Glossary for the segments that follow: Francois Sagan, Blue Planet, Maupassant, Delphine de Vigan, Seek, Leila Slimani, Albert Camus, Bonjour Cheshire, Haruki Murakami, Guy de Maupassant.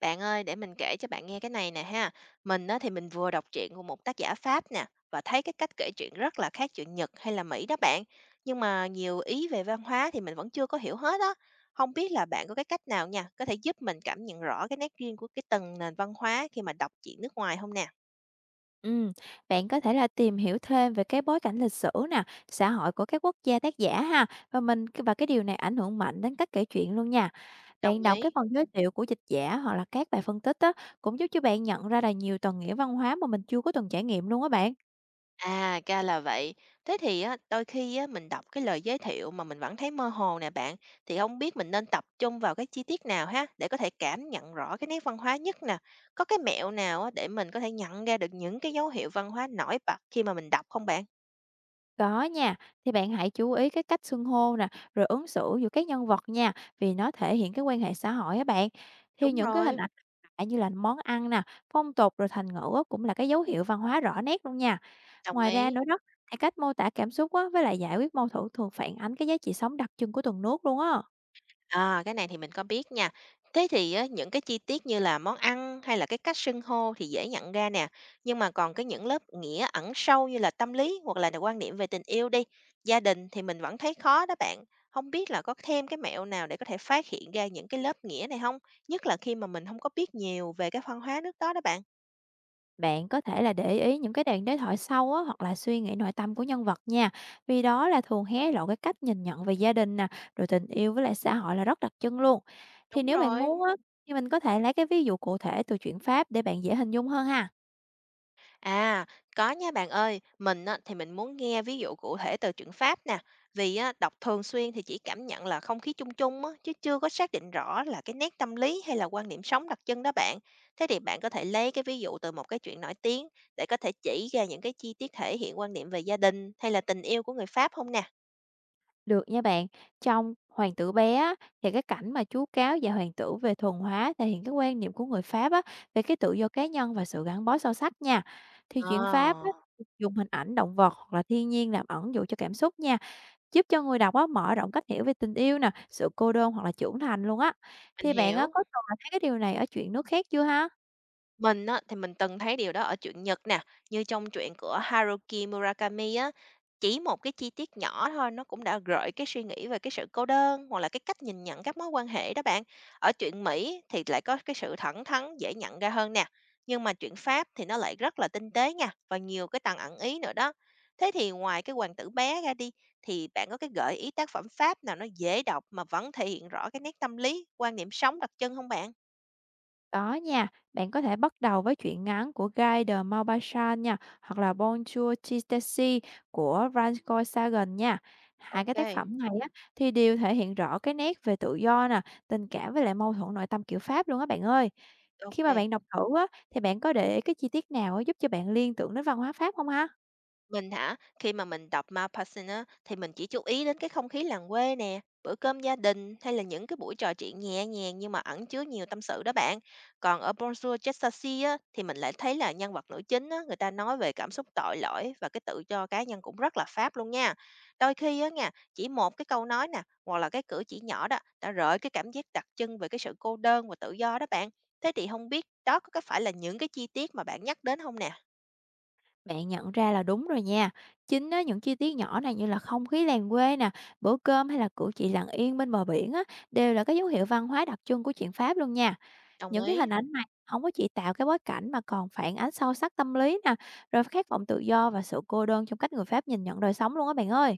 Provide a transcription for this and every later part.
Bạn ơi, để mình kể cho bạn nghe cái này nè ha. Mình á, thì mình vừa đọc truyện của một tác giả Pháp nè và thấy cái cách kể chuyện rất là khác truyện Nhật hay là Mỹ đó bạn. Nhưng mà nhiều ý về văn hóa thì mình vẫn chưa có hiểu hết đó. Không biết là bạn có cái cách nào nha, có thể giúp mình cảm nhận rõ cái nét riêng của cái từng nền văn hóa khi mà đọc truyện nước ngoài không nè? Ừm, Bạn có thể là tìm hiểu thêm về cái bối cảnh lịch sử nè, xã hội của các quốc gia tác giả ha và cái điều này ảnh hưởng mạnh đến cách kể chuyện luôn nha. Đồng Bạn đọc cái ý. phần giới thiệu của dịch giả hoặc là các bài phân tích á cũng giúp cho bạn nhận ra là nhiều tầng nghĩa văn hóa mà mình chưa có từng trải nghiệm luôn á bạn. À, ra là vậy. Thế thì á, đôi khi á, mình đọc cái lời giới thiệu mà mình vẫn thấy mơ hồ nè bạn, thì không biết mình nên tập trung vào cái chi tiết nào ha, để có thể cảm nhận rõ cái nét văn hóa nhất nè. Có cái mẹo nào á, để mình có thể nhận ra được những cái dấu hiệu văn hóa nổi bật khi mà mình đọc không bạn? Có nha, thì bạn hãy chú ý cái cách xưng hô nè, rồi ứng xử giữa các nhân vật nha, vì nó thể hiện cái quan hệ xã hội á bạn. Thì Đúng những cái hình rồi. ảnh như là món ăn nè, phong tục rồi thành ngữ á, cũng là cái dấu hiệu văn hóa rõ nét luôn nha. Đồng Ngoài ra ý. nữa đó, thì cách mô tả cảm xúc á, với lại giải quyết mâu thuẫn thường phản ánh cái giá trị sống đặc trưng của từng nước luôn á. À, cái này thì mình có biết nha. Thế thì á, những cái chi tiết như là món ăn hay là cái cách xưng hô thì dễ nhận ra nè, nhưng mà còn cái những lớp nghĩa ẩn sâu như là tâm lý hoặc là quan niệm về tình yêu đi, gia đình thì mình vẫn thấy khó đó bạn. Không biết là có thêm cái mẹo nào để có thể phát hiện ra những cái lớp nghĩa này không? Nhất là khi mà mình không có biết nhiều về cái văn hóa nước đó đó bạn. Bạn có thể là để ý những cái đoạn đối thoại sau á, hoặc là suy nghĩ nội tâm của nhân vật nha. Vì đó là thường hé lộ cái cách nhìn nhận về gia đình nè, rồi tình yêu với lại xã hội là rất đặc trưng luôn. Thì Đúng nếu bạn rồi. muốn á, thì mình có thể lấy cái ví dụ cụ thể từ chuyện Pháp để bạn dễ hình dung hơn ha. À, có nha bạn ơi, mình á, thì mình muốn nghe ví dụ cụ thể từ trường Pháp nè, vì á, đọc thường xuyên thì chỉ cảm nhận là không khí chung chung á, chứ chưa có xác định rõ là cái nét tâm lý hay là quan điểm sống đặc trưng đó bạn. Thế thì bạn có thể lấy cái ví dụ từ một cái chuyện nổi tiếng để có thể chỉ ra những cái chi tiết thể hiện quan điểm về gia đình hay là tình yêu của người Pháp không nè? Được nha bạn, trong Hoàng tử bé á, thì cái cảnh mà chú cáo và hoàng tử về thuần hóa thể hiện cái quan niệm của người Pháp á, về cái tự do cá nhân và sự gắn bó sâu sắc nha. Thì chuyện Pháp Ờ, á, dùng hình ảnh động vật hoặc là thiên nhiên làm ẩn dụ cho cảm xúc nha, giúp cho người đọc á, mở rộng cách hiểu về tình yêu nè, sự cô đơn hoặc là trưởng thành luôn á. mình Thì bạn á, hiểu. có từng là thấy cái điều này ở chuyện nước khác chưa ha? Mình á, thì mình từng thấy điều đó ở truyện Nhật nè, như trong truyện của Haruki Murakami á, chỉ một cái chi tiết nhỏ thôi nó cũng đã gợi cái suy nghĩ về cái sự cô đơn hoặc là cái cách nhìn nhận các mối quan hệ đó bạn. Ở truyện Mỹ thì lại có cái sự thẳng thắn dễ nhận ra hơn nè, nhưng mà truyện Pháp thì nó lại rất là tinh tế nha và nhiều cái tầng ẩn ý nữa đó. Thế thì ngoài cái hoàng tử bé ra đi thì bạn có cái gợi ý tác phẩm Pháp nào nó dễ đọc mà vẫn thể hiện rõ cái nét tâm lý, quan niệm sống đặc trưng không bạn? Đó nha, bạn có thể bắt đầu với truyện ngắn của Guy de Maupassant nha, hoặc là Bonjour Chistessy của Francois Sagan nha. Hai cái tác Ok, phẩm này á thì đều thể hiện rõ cái nét về tự do nè, tình cảm với lại mâu thuẫn nội tâm kiểu Pháp luôn á bạn ơi. Khi mà ok. bạn đọc thử á thì bạn có để ý cái chi tiết nào á giúp cho bạn liên tưởng đến văn hóa Pháp không ha? Mình hả? Khi mà mình đọc Maupassant á, thì mình chỉ chú ý đến cái không khí làng quê nè, bữa cơm gia đình hay là những cái buổi trò chuyện nhẹ nhàng nhưng mà ẩn chứa nhiều tâm sự đó bạn. Còn ở Bonjour Cheshire á, thì mình lại thấy là nhân vật nữ chính á, người ta nói về cảm xúc tội lỗi và cái tự do cá nhân cũng rất là Pháp luôn nha. Đôi khi á nha, chỉ một cái câu nói nè, hoặc là cái cử chỉ nhỏ đó đã gợi cái cảm giác đặc trưng về cái sự cô đơn và tự do đó bạn. Thế thì không biết đó có cái phải là những cái chi tiết mà bạn nhắc đến không nè? Bạn nhận ra là đúng rồi nha. Chính á, những chi tiết nhỏ này như là không khí làng quê nè, bữa cơm hay là cử chỉ lặng yên bên bờ biển á, đều là cái dấu hiệu văn hóa đặc trưng của chuyện Pháp luôn nha. Đồng Những cái ý. hình ảnh này không có chỉ tạo cái bối cảnh mà còn phản ánh sâu sắc tâm lý nè, rồi khát vọng tự do và sự cô đơn trong cách người Pháp nhìn nhận đời sống luôn á bạn ơi.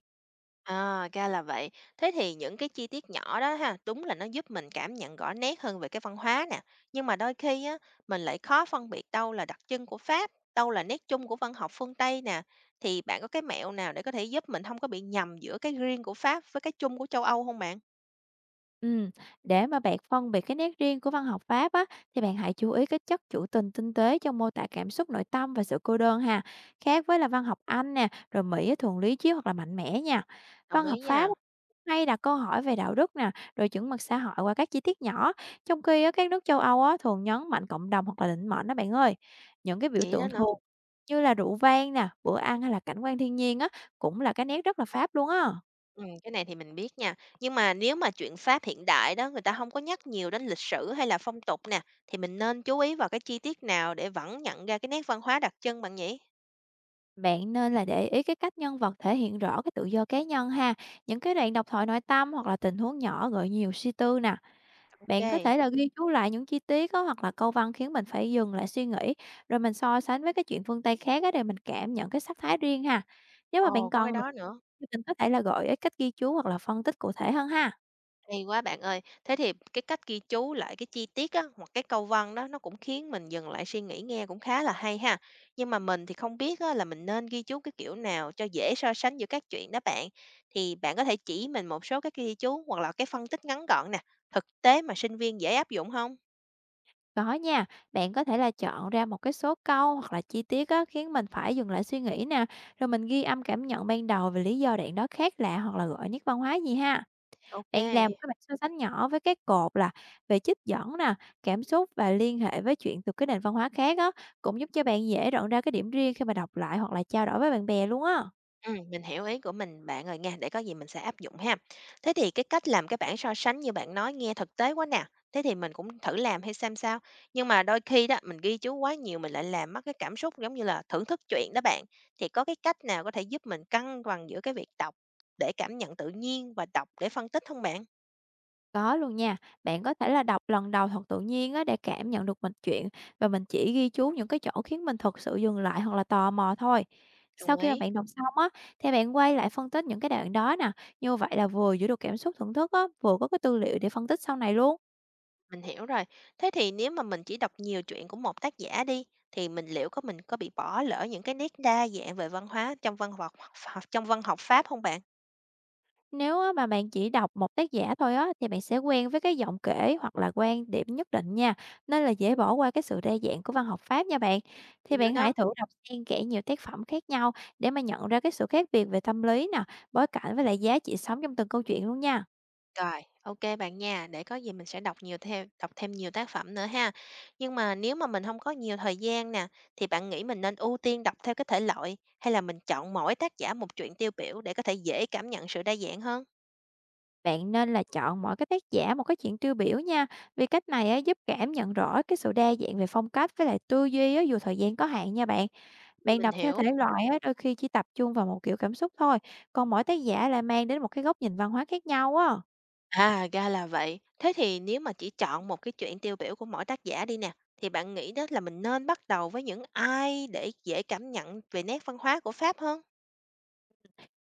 À, ra là vậy. Thế thì những cái chi tiết nhỏ đó ha, đúng là nó giúp mình cảm nhận rõ nét hơn về cái văn hóa nè. Nhưng mà đôi khi á, mình lại khó phân biệt đâu là đặc trưng của Pháp, đâu là nét chung của văn học phương Tây nè. Thì bạn có cái mẹo nào để có thể giúp mình không có bị nhầm giữa cái riêng của Pháp với cái chung của châu Âu không bạn? Ừm, để mà bạn phân biệt cái nét riêng của văn học Pháp á, thì bạn hãy chú ý cái chất trữ tình tinh tế trong mô tả cảm xúc nội tâm và sự cô đơn ha. Khác với là văn học Anh nè, rồi Mỹ á, thường lý trí hoặc là mạnh mẽ nha. Đồng Văn ý học Pháp nha. á, hay đặt câu hỏi về đạo đức nè, rồi chuẩn mực xã hội qua các chi tiết nhỏ. Trong khi á, các nước châu Âu á, thường nhấn mạnh cộng đồng hoặc là định mệnh đó bạn ơi. Những cái biểu Vậy tượng đó nữa. thuộc như là rượu vang nè, bữa ăn hay là cảnh quan thiên nhiên á, cũng là cái nét rất là Pháp luôn á. Ừ, cái này thì mình biết nha. Nhưng mà nếu mà chuyện Pháp hiện đại đó người ta không có nhắc nhiều đến lịch sử hay là phong tục nè, thì mình nên chú ý vào cái chi tiết nào để vẫn nhận ra cái nét văn hóa đặc trưng bạn nhỉ? Bạn nên là để ý cái cách nhân vật thể hiện rõ cái tự do cá nhân ha, những cái đoạn độc thoại nội tâm hoặc là tình huống nhỏ gợi nhiều suy tư nè. OK. Bạn Kê. có thể là ghi chú lại những chi tiết á, hoặc là câu văn khiến mình phải dừng lại suy nghĩ, rồi mình so sánh với cái chuyện phương Tây khác á, để mình cảm nhận cái sắc thái riêng ha. Nếu mà bạn Ồ, có cái còn nữa đó nữa. thì mình có thể là gợi ý cách ghi chú hoặc là phân tích cụ thể hơn ha. Hay quá bạn ơi. Thế thì cái cách ghi chú lại cái chi tiết á, hoặc cái câu văn đó nó cũng khiến mình dừng lại suy nghĩ, nghe cũng khá là hay ha. Nhưng mà mình thì không biết á là mình nên ghi chú cái kiểu nào cho dễ so sánh giữa các chuyện đó bạn. Thì bạn có thể chỉ mình một số cái ghi chú hoặc là cái phân tích ngắn gọn nè, thực tế mà sinh viên dễ áp dụng không? Có nha, bạn có thể là chọn ra một cái số câu hoặc là chi tiết á, khiến mình phải dừng lại suy nghĩ nè, rồi mình ghi âm cảm nhận ban đầu về lý do đoạn đó khác lạ hoặc là gợi nét văn hóa gì ha. Bạn làm OK. các bạn so sánh nhỏ với các cột là về trích dẫn nè, cảm xúc và liên hệ với chuyện từ cái nền văn hóa khác á, cũng giúp cho bạn dễ nhận ra cái điểm riêng khi mà đọc lại hoặc là trao đổi với bạn bè luôn á. Mình hiểu ý của mình bạn rồi nha, để có gì mình sẽ áp dụng ha. Thế thì cái cách làm cái bảng so sánh như bạn nói nghe thực tế quá nè, thế thì mình cũng thử làm hay xem sao. Nhưng mà đôi khi đó, mình ghi chú quá nhiều mình lại làm mất cái cảm xúc giống như là thưởng thức chuyện đó bạn. Thì có cái cách nào có thể giúp mình cân bằng giữa cái việc đọc để cảm nhận tự nhiên và đọc để phân tích không bạn? Có luôn nha, bạn có thể là đọc lần đầu thật tự nhiên á để cảm nhận được mạch truyện và mình chỉ ghi chú những cái chỗ khiến mình thật sự dừng lại hoặc là tò mò thôi. Sau Đồng khi mà ý, bạn đọc xong á, thì bạn quay lại phân tích những cái đoạn đó nè, như vậy là vừa giữ được cảm xúc thưởng thức á, vừa có cái tư liệu để phân tích sau này luôn. mình hiểu rồi. Thế thì nếu mà mình chỉ đọc nhiều chuyện của một tác giả đi, thì mình liệu có mình có bị bỏ lỡ những cái nét đa dạng về văn hóa trong văn học Pháp không bạn? Nếu á mà bạn chỉ đọc một tác giả thôi á, thì bạn sẽ quen với cái giọng kể hoặc là quan điểm nhất định nha, nên là dễ bỏ qua cái sự đa dạng của văn học Pháp nha bạn. Gì Thì nữa bạn hãy đó. thử đọc xen kẽ nhiều tác phẩm khác nhau để mà nhận ra cái sự khác biệt về tâm lý nè, bối cảnh với lại giá trị sống trong từng câu chuyện luôn nha. Rồi, ok bạn nha, để có gì mình sẽ đọc thêm nhiều tác phẩm nữa ha. Nhưng mà nếu mà mình không có nhiều thời gian nè, thì bạn nghĩ mình nên ưu tiên đọc theo cái thể loại, hay là mình chọn mỗi tác giả một truyện tiêu biểu để có thể dễ cảm nhận sự đa dạng hơn? Bạn nên là chọn mỗi cái tác giả một cái chuyện tiêu biểu nha, vì cách này á, giúp cảm nhận rõ cái sự đa dạng về phong cách với lại tư duy á, dù thời gian có hạn nha bạn. Bạn Mình đọc theo thể hiểu. loại á, đôi khi chỉ tập trung vào một kiểu cảm xúc thôi, còn mỗi tác giả lại mang đến một cái góc nhìn văn hóa khác nhau á. À, ra là vậy. Thế thì nếu mà chỉ chọn một cái truyện tiêu biểu của mỗi tác giả đi nè, thì bạn nghĩ đó là mình nên bắt đầu với những ai để dễ cảm nhận về nét văn hóa của Pháp hơn?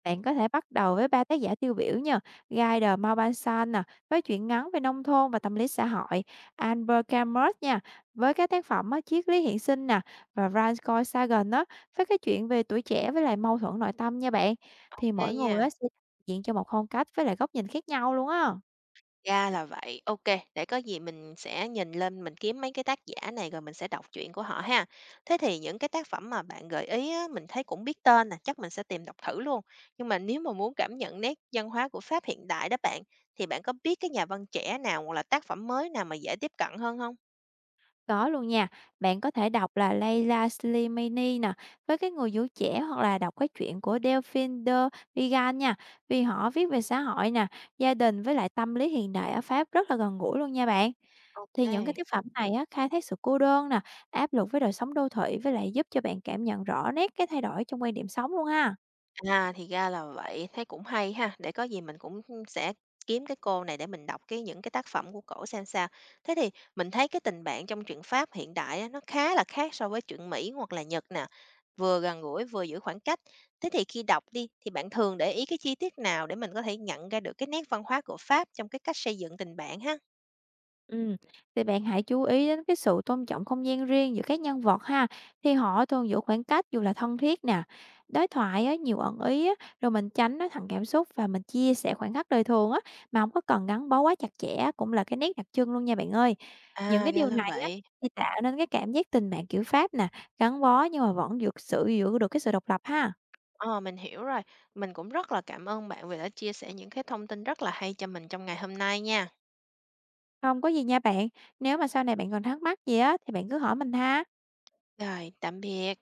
Bạn có thể bắt đầu với ba tác giả tiêu biểu nha: Guy de Maupassant nè, với chuyện ngắn về nông thôn và tâm lý xã hội, Albert Camus nha, với các tác phẩm á, triết lý hiện sinh nè, và Francois Sagan á, với cái chuyện về tuổi trẻ với lại mâu thuẫn nội tâm nha bạn. Thì Ô mỗi nha. người á, sẽ diện cho một phong cách với lại góc nhìn khác nhau luôn á. Ra là vậy. Ok, để có gì mình sẽ nhìn lên mình kiếm mấy cái tác giả này rồi mình sẽ đọc truyện của họ ha. Thế thì những cái tác phẩm mà bạn gợi ý á, mình thấy cũng biết tên nè, chắc mình sẽ tìm đọc thử luôn. Nhưng mà nếu mà muốn cảm nhận nét văn hóa của Pháp hiện đại đó bạn, thì bạn có biết cái nhà văn trẻ nào hoặc là tác phẩm mới nào mà dễ tiếp cận hơn không? Có luôn nha, bạn có thể đọc là Leila Slimani nè, với cái người vũ trẻ, hoặc là đọc cái chuyện của Delphine de Vigan nha, vì họ viết về xã hội nè, gia đình với lại tâm lý hiện đại ở Pháp rất là gần gũi luôn nha bạn. Thì những cái Ok. tác phẩm này á, khai thác sự cô đơn nè, áp lực với đời sống đô thị với lại giúp cho bạn cảm nhận rõ nét cái thay đổi trong quan điểm sống luôn ha. À, thì ra là vậy, thấy cũng hay ha, để có gì mình cũng sẽ kiếm cái cô này để mình đọc cái những cái tác phẩm của cổ xem sao. Thế thì mình thấy cái tình bạn trong truyện Pháp hiện đại á, nó khá là khác so với truyện Mỹ hoặc là Nhật nè, vừa gần gũi vừa giữ khoảng cách. Thế thì khi đọc đi thì bạn thường để ý cái chi tiết nào để mình có thể nhận ra được cái nét văn hóa của Pháp trong cái cách xây dựng tình bạn ha? Ừm, thì bạn hãy chú ý đến cái sự tôn trọng không gian riêng giữa các nhân vật ha, thì họ thường giữ khoảng cách dù là thân thiết nè. Đối thoại á, nhiều ẩn ý á, rồi mình tránh nói thẳng cảm xúc và mình chia sẻ khoảnh khắc đời thường á, mà không có cần gắn bó quá chặt chẽ cũng là cái nét đặc trưng luôn nha bạn ơi. Những À, cái ra điều là này á, vậy. thì tạo nên cái cảm giác tình bạn kiểu Pháp nè, gắn bó nhưng mà vẫn giữ được cái sự độc lập ha. Ờ, mình hiểu rồi. Mình cũng rất là cảm ơn bạn vì đã chia sẻ những cái thông tin rất là hay cho mình trong ngày hôm nay nha. Không có gì nha bạn, nếu mà sau này bạn còn thắc mắc gì á, thì bạn cứ hỏi mình ha. Rồi, tạm biệt.